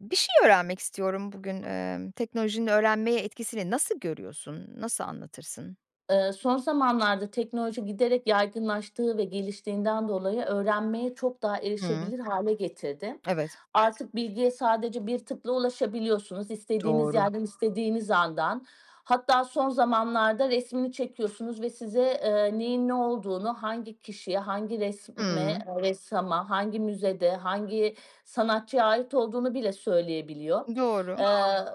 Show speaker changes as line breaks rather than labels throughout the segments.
Bir şey öğrenmek istiyorum bugün. Teknolojinin öğrenmeye etkisini nasıl görüyorsun? Nasıl anlatırsın?
Son zamanlarda teknoloji giderek yaygınlaştığı ve geliştiğinden dolayı öğrenmeye çok daha
Hıı.
erişebilir hale getirdi.
Evet.
Artık bilgiye sadece bir tıkla ulaşabiliyorsunuz. İstediğiniz
Doğru.
yerden, istediğiniz andan. Hatta son zamanlarda resmini çekiyorsunuz ve size, neyin ne olduğunu, hangi kişiye, hangi resme,
Hıı.
ressama, hangi müzede, hangi sanatçıya ait olduğunu bile söyleyebiliyor. Eee,
Doğru.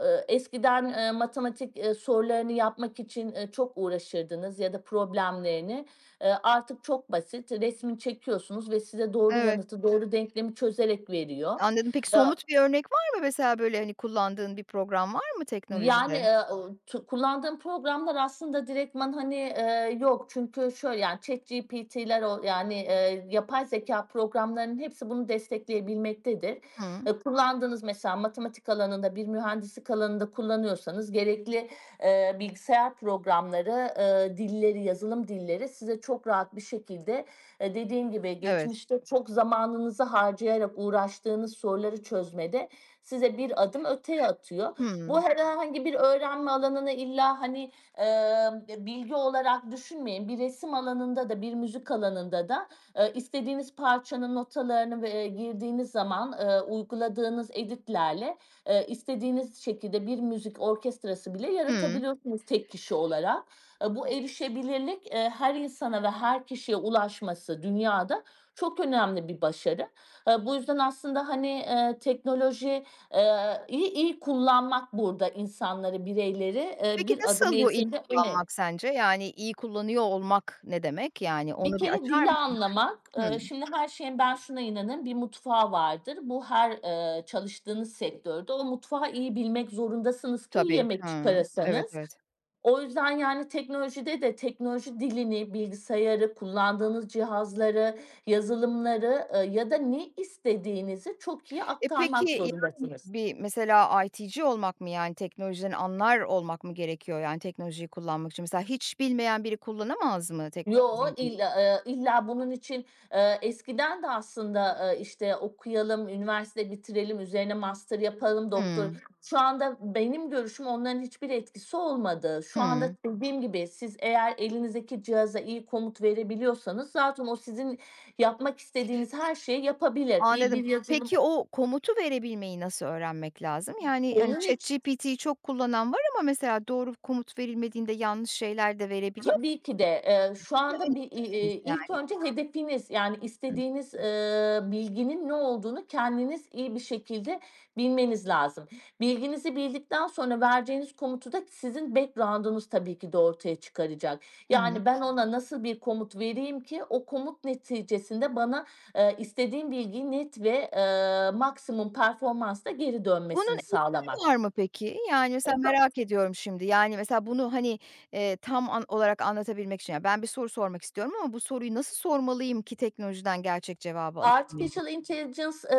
Eskiden, matematik, sorularını yapmak için, çok uğraşırdınız ya da problemlerini. Artık çok basit. Resmini çekiyorsunuz ve size doğru
Evet,
yanıtı, doğru denklemi çözerek veriyor.
anladım. Peki
Eee
somut bir örnek var mı mesela, böyle, hani, kullandığın bir program var mı
Yani,
teknolojide?
o tu kullandığım programlar aslında direktman, hani, yok. Çünkü şöyle, yani, ChatGPT'ler o yani, yapay zekâ programlarının hepsi bunu destekleyebilmektedir.
Hıı.
Kullandığınız mesela matematik alanında, bir mühendislik alanında kullanıyorsanız gerekli, bilgisayar programları, dilleri, yazılım dilleri size çok rahat bir şekilde, dediğim gibi
Evet.
geçmişte çok zamanınızı harcayarak uğraştığınız soruları çözmede size bir adım öteye atıyor. Bu
Hıı.
herhangi bir öğrenme alanını illa hani, eee, bilgi olarak düşünmeyin. Bir resim alanında da, bir müzik alanında da, istediğiniz parçanın notalarını ve, girdiğiniz zaman, uyguladığınız edit'lerle, istediğiniz şekilde bir müzik orkestrası bile
Hıı.
yaratabiliyorsunuz tek kişi olarak. Bu erişebilirlik, her insana ve her kişiye ulaşması dünyada çok önemli bir başarı. Bu yüzden aslında, hani, teknoloji iyi iyi kullanmak burada insanları, bireyleri,
Peki
bir adım
nasıl bu iyi
eğitimde öne.
kullanmak sence? Yani iyi kullanıyor olmak ne demek? Yani
Bir
onu bir
kere
açar
dili anlamak,
mısın?
şimdi her şeyin ben şuna inanırım, bir mutfağı vardır. Bu her, çalıştığınız sektörde o mutfağı iyi bilmek zorundasınız ki iyi
Tabii.
yemek
Hıı. Evet,
çıkarasınız.
evet.
O yüzden, yani, teknolojide de teknoloji dilini, bilgisayarı, kullandığınız cihazları, yazılımları, ya da ne istediğinizi çok iyi
E, peki,
aktarmak
yani,
zorundasınız.
bir mesela IT'ci olmak mı, yani, teknolojiden anlar olmak mı gerekiyor, yani, teknolojiyi kullanmak için? Mesela hiç bilmeyen biri kullanamaz mı
Yo,
teknolojiyi?
illa bunun için, eskiden de aslında, işte, okuyalım, üniversite bitirelim, üzerine master yapalım,
Hıı.
doktor. Şu anda benim görüşüm onların hiçbir etkisi olmadı. Şu anda
Hıı.
dediğim gibi siz eğer elinizdeki cihaza iyi komut verebiliyorsanız zaten o sizin yapmak istediğiniz her şeyi yapabilir. İyi
Anladım.
bir yazılım.
Peki, o komutu verebilmeyi nasıl öğrenmek lazım? Yani, hani,
Onun için,
ChatGPT'yi çok kullanan var ama mesela doğru komut verilmediğinde yanlış şeyler de verebiliyor.
tabii ki de, şu
Ne
anda bir,
önerirsiniz?
ilk önce hedefiniz, yani
Hı.
istediğiniz, bilginin ne olduğunu kendiniz iyi bir şekilde bilmeniz lazım. Bilginizi bildikten sonra vereceğiniz komutu da sizin background'unuz tabii ki de ortaya çıkaracak.
Hı hı.
Yani ben ona nasıl bir komut vereyim ki o komut neticesinde bana, istediğim bilgiyi net ve, maksimum performansla geri
Bunun
dönmesini
eğitimi
sağlamak.
var mı peki? Yani, mesela
E
merak ediyorum şimdi. Yani, mesela bunu, hani, tam an olarak anlatabilmek için, ya, ben bir soru sormak istiyorum ama bu soruyu nasıl sormalıyım ki teknolojiden gerçek cevabı alabilmeliyim?
Artificial Intelligence,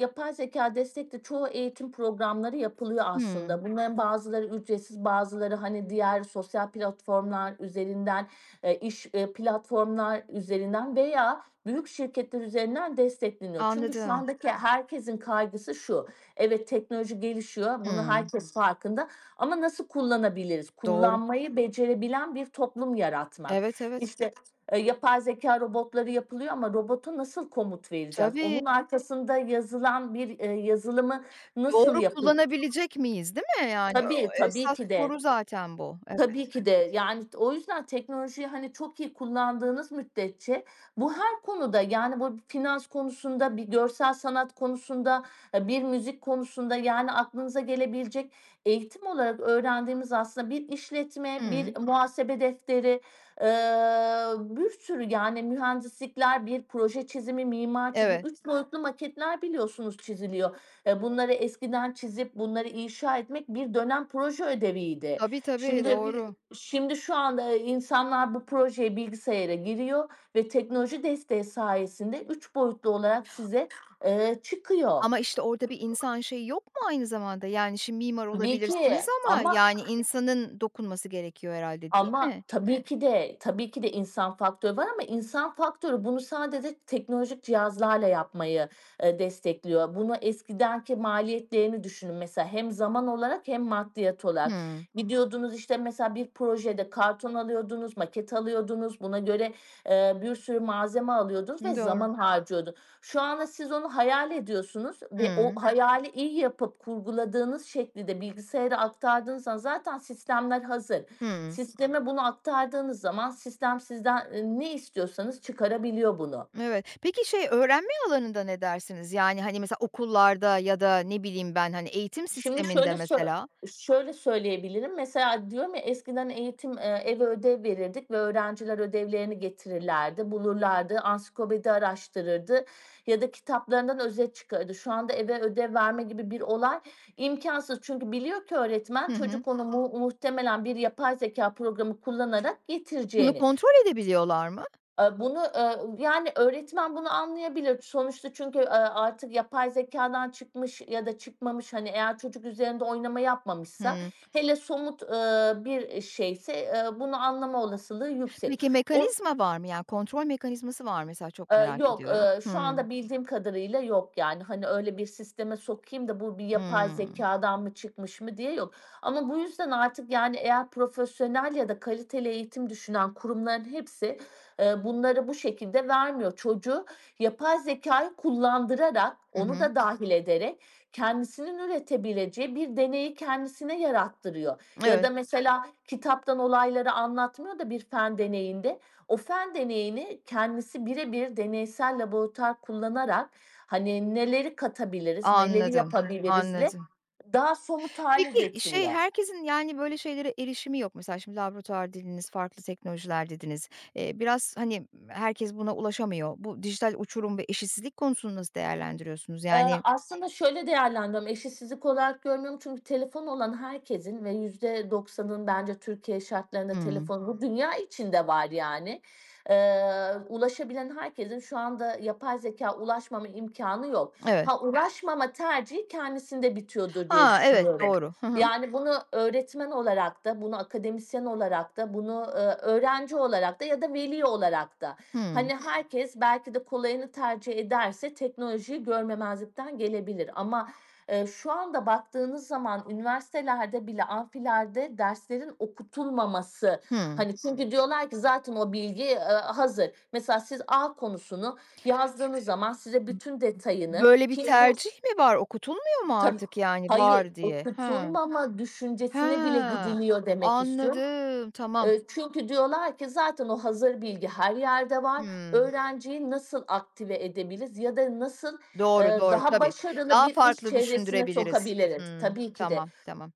yapay zekâ destekli çoğu eğitim programları yapılıyor
Hımm.
aslında. Bunların bazıları ücretsiz, bazıları, hani, diğer sosyal platformlar üzerinden, iş, platformlar üzerinden veya büyük şirketler üzerinden destekleniyor. Çünkü şu
Anladım.
andaki herkesin kaygısı şu: evet, teknoloji gelişiyor, bunu
Hımm.
herkes farkında ama nasıl kullanabiliriz?
Doğru.
Kullanmayı becerebilen bir toplum yaratmak.
Evet, evet.
İşte, yapay zekâ robotları yapılıyor ama robota nasıl komut vereceğiz?
Tabii.
Onun arkasında yazılan bir, yazılımı nasıl
Doğru
yapı.
kullanabilecek miyiz, değil mi? Yani,
Tabii,
o
tabii
esas
ki de.
soru zaten bu. Evet.
Tabii ki de. Yani o yüzden teknolojiyi, hani, çok iyi kullandığınız müddetçe bu her konuda, yani, bu finans konusunda, bir görsel sanat konusunda, bir müzik konusunda, yani, aklınıza gelebilecek eğitim olarak öğrendiğimiz aslında bir işletme,
Hıı.
bir muhasebe defteri, eee, bir sürü, yani, mühendislikler, bir proje çizimi, mimar çizimi,
Evet.
3 boyutlu maketler biliyorsunuz çiziliyor. Bunları eskiden çizip bunları inşa etmek bir dönem proje ödeviydi.
Tabii, tabii,
Şimdi bir-
doğru.
Şimdi şu anda insanlar bu projeye bilgisayara giriyor ve teknoloji desteği sayesinde 3 boyutlu olarak size, çıkıyor.
Ama, işte, orada bir insan şeyi yok mu aynı zamanda? Yani, şimdi mimar olabilirsiniz
Bilgi
ama,
ama.
yani, insanın dokunması gerekiyor herhâlde, değil
Ama
mi?
tabii ki de, tabii ki de insan faktörü var ama insan faktörü bunu sadece teknolojik cihazlarla yapmayı, destekliyor. Bunu eskidenki maliyetlerini düşünün mesela hem zaman olarak hem maddiyat olarak.
Hıı.
Gidiyordunuz, işte, mesela bir projede karton alıyordunuz, maket alıyordunuz, buna göre, bir sürü malzeme alıyordunuz ve
Doğru.
zaman harcıyordu. Şu anda siz onu hayal ediyorsunuz ve o
Hıı.
hayali iyi yapıp kurguladığınız şekilde bilgisayara aktardığınız zaman zaten sistemler hazır.
Hıı.
Sisteme bunu aktardığınız zaman sistem sizden, ne istiyorsanız çıkarabiliyor bunu.
Evet. Peki, şey, öğrenme alanında ne dersiniz? Yani, hani, mesela okullarda ya da ne bileyim ben, hani, eğitim
Şimdi
sisteminde
şöyle sö
mesela.
Şöyle söyleyebilirim. Mesela diyorum ya eskiden eğitim, eve ödev verirdik ve öğrenciler ödevlerini getirirlerdi, bulurlardı, ansiklopedi araştırırdı ya da kitaplarından özet çıkardı. Şu anda eve ödev verme gibi bir olay imkansız. Çünkü biliyor ki öğretmen
Hı hı.
çocuk onu mu muhtemelen bir yapay zeka programı kullanarak
Bunu
getireceğini.
kontrol edebiliyorlar mı?
Bunu, yani, öğretmen bunu anlayabilir. Sonuçta çünkü, artık yapay zekâdan çıkmış ya da çıkmamış, hani, eğer çocuk üzerinde oynama yapmamışsa,
Hıı.
hele somut, bir şeyse, bunu anlama olasılığı yüksek.
Peki
O
mekanizma var mı? Yani kontrol mekanizması var mı mesela çok merak
Yok,
ediyorum.
şu
Hımm.
anda bildiğim kadarıyla yok yani. Hani, öyle bir sisteme sokayım da bu bir yapay
Hımm.
zekâdan mı çıkmış mı diye yok. Ama bu yüzden artık, yani, eğer profesyonel ya da kaliteli eğitim düşünen kurumların hepsi, bunları bu şekilde vermiyor. Çocuğu yapay zekâyı kullandırarak,
Hı
onu
hı.
da dâhil ederek kendisinin üretebileceği bir deneyi kendisine yarattırıyor. Ya
Evet,
da mesela kitaptan olayları anlatmıyor da bir fen deneyinde, o fen deneyini kendisi birebir deneysel laboratuvar kullanarak, hani, neleri katabiliriz, neleri
anladım,
yapabilirizle
anladım.
daha somut hale
Peki şey,
getiriyor.
herkesin yani böyle şeylere erişimi yok. Mesela şimdi laboratuvar dediniz, farklı teknolojiler dediniz. Biraz hani herkes buna ulaşamıyor. Bu dijital uçurum ve eşitsizlik konusunu nasıl değerlendiriyorsunuz? Yani.
Aslında şöyle değerlendiriyorum, eşitsizlik olarak görmüyorum çünkü telefonu olan herkesin ve yüzde doksanın bence Türkiye şartlarında
Hımm.
telefonu bu dünya içinde var yani. Ulaşabilen herkesin şu anda yapay zekâya ulaşmama imkânı yok.
Evet.
Ha, ulaşmama tercihi kendisinde bitiyordur diye
Ha, evet,
düşünüyorum.
doğru. Hı hı.
Yani bunu öğretmen olarak da, bunu akademisyen olarak da, bunu, öğrenci olarak da ya da veli olarak da.
Hımm.
Hani herkes belki de kolayını tercih ederse teknolojiyi görmemezlikten gelebilir ama, şu anda baktığınız zaman üniversitelerde bile amfilerde derslerin okutulmaması,
Hımm.
hani, çünkü diyorlar ki zaten o bilgi, hazır. Mesela siz A konusunu yazdığınız zaman size bütün detayını
Böyle bir
ki bu.
tercih mi var? Okutulmuyor mu
Tabii.
artık yani
Hayır,
var diye? He.
okutulmama düşüncesine bile
Ha,
gidiliyor demek istiyorum.
anladım, tamam.
Çünkü diyorlar ki zaten o hazır bilgi her yerde var.
Hımm.
Öğrenciyi nasıl aktive edebiliriz ya da nasıl,
Doğru, doğru,
daha
tabii.
başarılı
Daha
bir iş
farklı
çevresine
düşündürebiliriz.
sokabiliriz?
Hımm,
Tabii ki de.
tamam, tamam.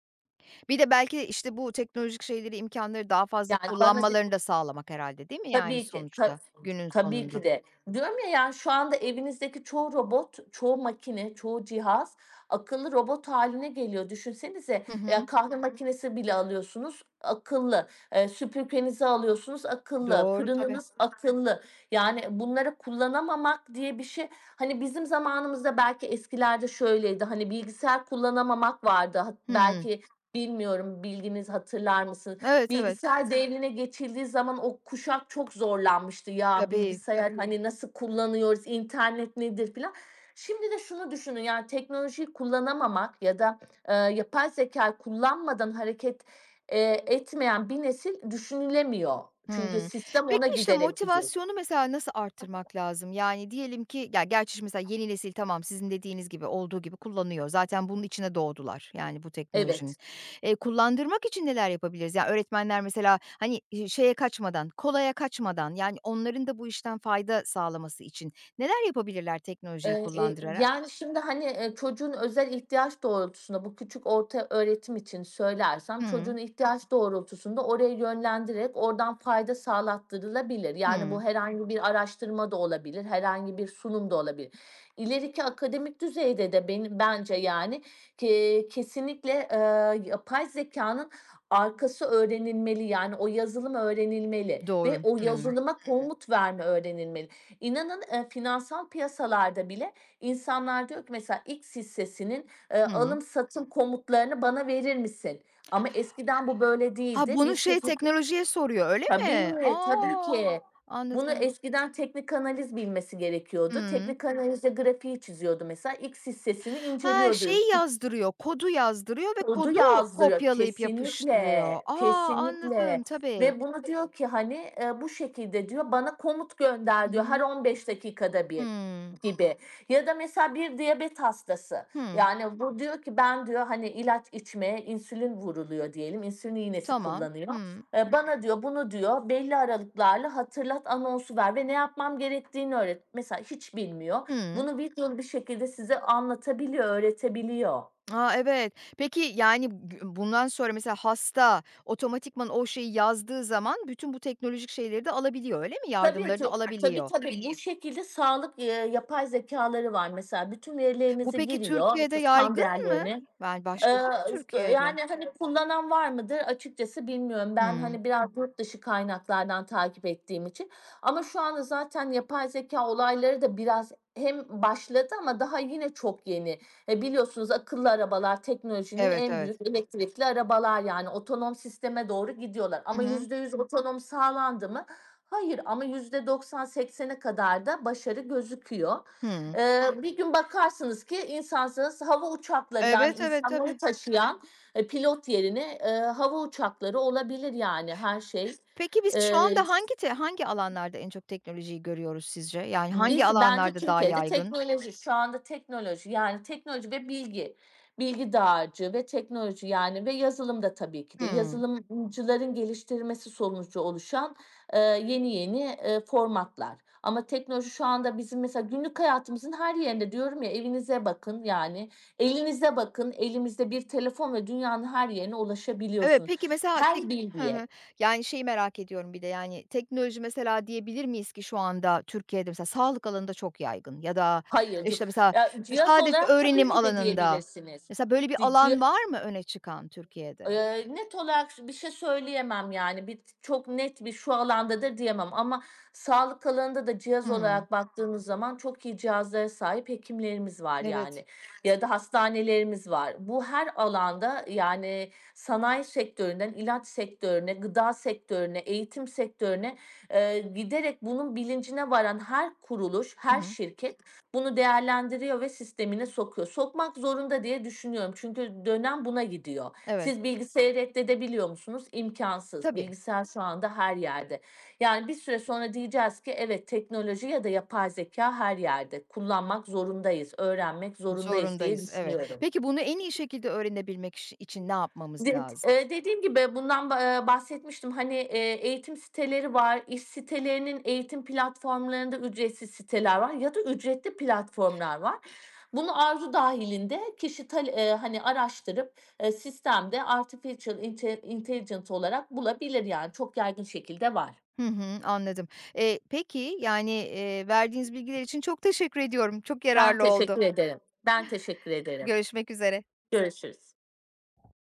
Bir de belki, işte, bu teknolojik şeyleri, imkânları daha fazla
Yani bana de.
kullanmalarını da sağlamak herhâlde, değil mi, yani,
Tabii ki.
sonuçta, günün
Tabii
sonunda?
ki de. Diyorum ya, yani, şu anda evinizdeki çoğu robot, çoğu makine, çoğu cihaz akıllı robot haline geliyor. Düşünsenize,
Hı
ya,
hı.
kahve makinesi bile alıyorsunuz, akıllı. Süpürgenizi alıyorsunuz, akıllı.
Doğru, tabii.
Fırınınız akıllı. Yani, bunları kullanamamak diye bir şey. Hani, bizim zamanımızda belki eskilerde şöyleydi, hani, bilgisayar kullanamamak vardı.
Hımm.
Belki bilmiyorum, bilginiz hatırlar mısınız?
Evet, evet.
Bilgisayar devrine geçildiği zaman o kuşak çok zorlanmıştı. Ya
Tabii.
bilgisayar. Evet. Hani nasıl kullanıyoruz, internet nedir filan. Şimdi de şunu düşünün yani teknolojiyi kullanamamak ya da, yapay zeka kullanmadan hareket, etmeyen bir nesil düşünülemiyor. Çünkü
Hımm.
sistem
Peki,
ona
işte,
giderek gidiyor.
motivasyonu mesela nasıl arttırmak lazım? Yani, diyelim ki ya, gerçi şimdi mesela yeni nesil tamam sizin dediğiniz gibi, olduğu gibi kullanıyor. Zaten bunun içine doğdular, yani, bu teknolojinin.
Evet.
Kullandırmak için neler yapabiliriz? Ya, öğretmenler mesela, hani, şeye kaçmadan, kolaya kaçmadan, yani, onların da bu işten fayda sağlaması için neler yapabilirler teknolojiyi kullandırarak?
Yani, şimdi, hani, çocuğun özel ihtiyaç doğrultusunda bu küçük orta öğretim için söylersem
Hımm.
çocuğun ihtiyaç doğrultusunda oraya yönlendirerek oradan fayda sağlattırılabilir. Yani, bu
Hımm.
herhangi bir araştırma da olabilir, herhangi bir sunum da olabilir. İleriki akademik düzeyde de benim bence, yani, kesinlikle, yapay zekânın arkası öğrenilmeli. Yani, o yazılım öğrenilmeli ve
Doğru.
o. Evet.
Hımm.
Yazılıma komut verme öğrenilmeli. İnanın, finansal piyasalarda bile insanlar diyor ki mesela X hissesinin,
Hımm.
alım satım komutlarını bana verir misin? Ama eskiden bu böyle
Ha,
değildi. Bir
bunu şey
teknik.
teknolojiye soruyor, öyle mi?
Tabii, tabii
A!
ki. Bunu
Anladım.
eskiden teknik analiz bilmesi gerekiyordu.
Hımm.
Teknik analizde grafiği çiziyordu mesela. X hissesini
Ha,
inceliyordu
şeyi yazdırıyor, kodu yazdırıyor ve
kodu
kodu
yazdırıyor.
kopyalayıp yapıştırıyor.
Kesinlikle,
A, anladım
kesinlikle
tabii.
ve bunu diyor ki hani, bu şekilde diyor bana komut
Hı
gönder diyor her
hı.
15 dakikada bir
Hımm.
gibi ya da mesela bir diyabet hastası,
Hımm.
yani bu diyor ki ben diyor hani ilaç içmeye insülin vuruluyor diyelim, insülin iğnesi
Tamam.
kullanıyor.
Hımm.
Bana diyor bunu diyor belli aralıklarla hatırlat anonsu ver ve ne yapmam gerektiğini öğret. Mesela hiç bilmiyor.
Hımm.
Bunu videolu bir şekilde size anlatabiliyor, öğretebiliyor.
A, evet. Peki, yani, gü bundan sonra mesela hasta otomatikman o şeyi yazdığı zaman bütün bu teknolojik şeyleri de alabiliyor, öyle mi?
Tabii
Yardımları da
ki. Tabii
alabiliyor.
tabii. Bu şekilde sağlık, yapay zekâları var mesela. Bütün
Bu
verilerinizi
peki
giriyor,
Türkiye'de
işte kan
yaygın mı?
değerlerini.
Yani, başladı mı
İşte,
Türkiye'de?
yani, hani, kullanan var mıdır? Açıkçası bilmiyorum. Ben,
Hımm.
hani, biraz yurt dışı kaynaklardan takip ettiğim için ama şu anda zaten yapay zekâ olayları da biraz hem başladı ama daha yine çok yeni. Biliyorsunuz akıllı arabalar teknolojinin
Evet,
en
evet.
büyük elektrikli arabalar, yani, otonom sisteme doğru gidiyorlar
Hı
ama
hı.
%100 otonom sağlandı mı? Hayır ama %90-80'e kadar da başarı gözüküyor.
Hımm.
Bir gün bakarsınız ki insansız hava uçakları yani
Evet, evet,
insanları
tabii.
taşıyan pilot yerine hava uçakları olabilir yani her şey.
Peki, biz şu
Ee,
anda hangi te hangi alanlarda en çok teknolojiyi görüyoruz sizce? Yani hangi
Biz bence
alanlarda daha
Türkiye'de
yaygın?
teknoloji, şu anda teknoloji yani teknoloji ve bilgi, bilgi dağarcığı ve teknoloji yani ve yazılım da tabii ki de
Hımm.
yazılımcıların geliştirmesi sonucu oluşan, yeni yeni, formatlar. Ama teknoloji şu anda bizim mesela günlük hayatımızın her yerinde diyorum ya evinize bakın yani elinize bakın elimizde bir telefon ve dünyanın her yerine
Evet,
ulaşabiliyorsunuz.
peki mesela
Her
tek. Hı hı.
bilgiye.
Yani, şeyi merak ediyorum bir de, yani, teknoloji mesela diyebilir miyiz ki şu anda Türkiye'de mesela sağlık alanında çok yaygın ya da,
Hayır,
işte, mesela
ya cihaz
sadece
olarak tabii
öğrenim
ki de
alanında.
diyebilirsiniz.
Mesela böyle bir
Di
alan
ci
var mı öne çıkan Türkiye'de?
Net olarak bir şey söyleyemem, yani, bir çok net bir şu alandadır diyemem ama sağlık alanında da cihaz
Hımm.
olarak baktığımız zaman çok iyi cihazlara sahip hekimlerimiz var,
Evet.
yani, ya da hastanelerimiz var. Bu her alanda, yani, sanayi sektöründen ilaç sektörüne, gıda sektörüne, eğitim sektörüne, giderek bunun bilincine varan her kuruluş,
Hı
her
hı.
şirket bunu değerlendiriyor ve sistemine sokuyor. Sokmak zorunda diye düşünüyorum çünkü dönem buna gidiyor.
Evet.
Siz bilgisayarı reddedebiliyor musunuz? İmkansız.
Tabii.
Bilgisayar şu anda her yerde. Yani bir süre sonra diyeceğiz ki evet teknoloji ya da yapay zeka her yerde. Kullanmak zorundayız, öğrenmek zorundayız diye
Zorundayız, evet.
düşünüyorum.
Peki bunu en iyi şekilde öğrenebilmek iş için ne yapmamız
De
lazım?
Dediğim gibi bundan ba bahsetmiştim. Hani, eğitim siteleri var, iş sitelerinin eğitim platformlarında ücretsiz siteler var ya da ücretli platformlar var. Bunu arzu dahilinde kişi tal hani, araştırıp, sistemde artificial intelligence olarak bulabilir yani çok yaygın şekilde var.
Hı hı, anladım. Peki, yani, verdiğiniz bilgiler için çok teşekkür ediyorum. Çok
Ben
yararlı oldu.
teşekkür ederim. Ben teşekkür ederim.
Görüşmek üzere.
Görüşürüz.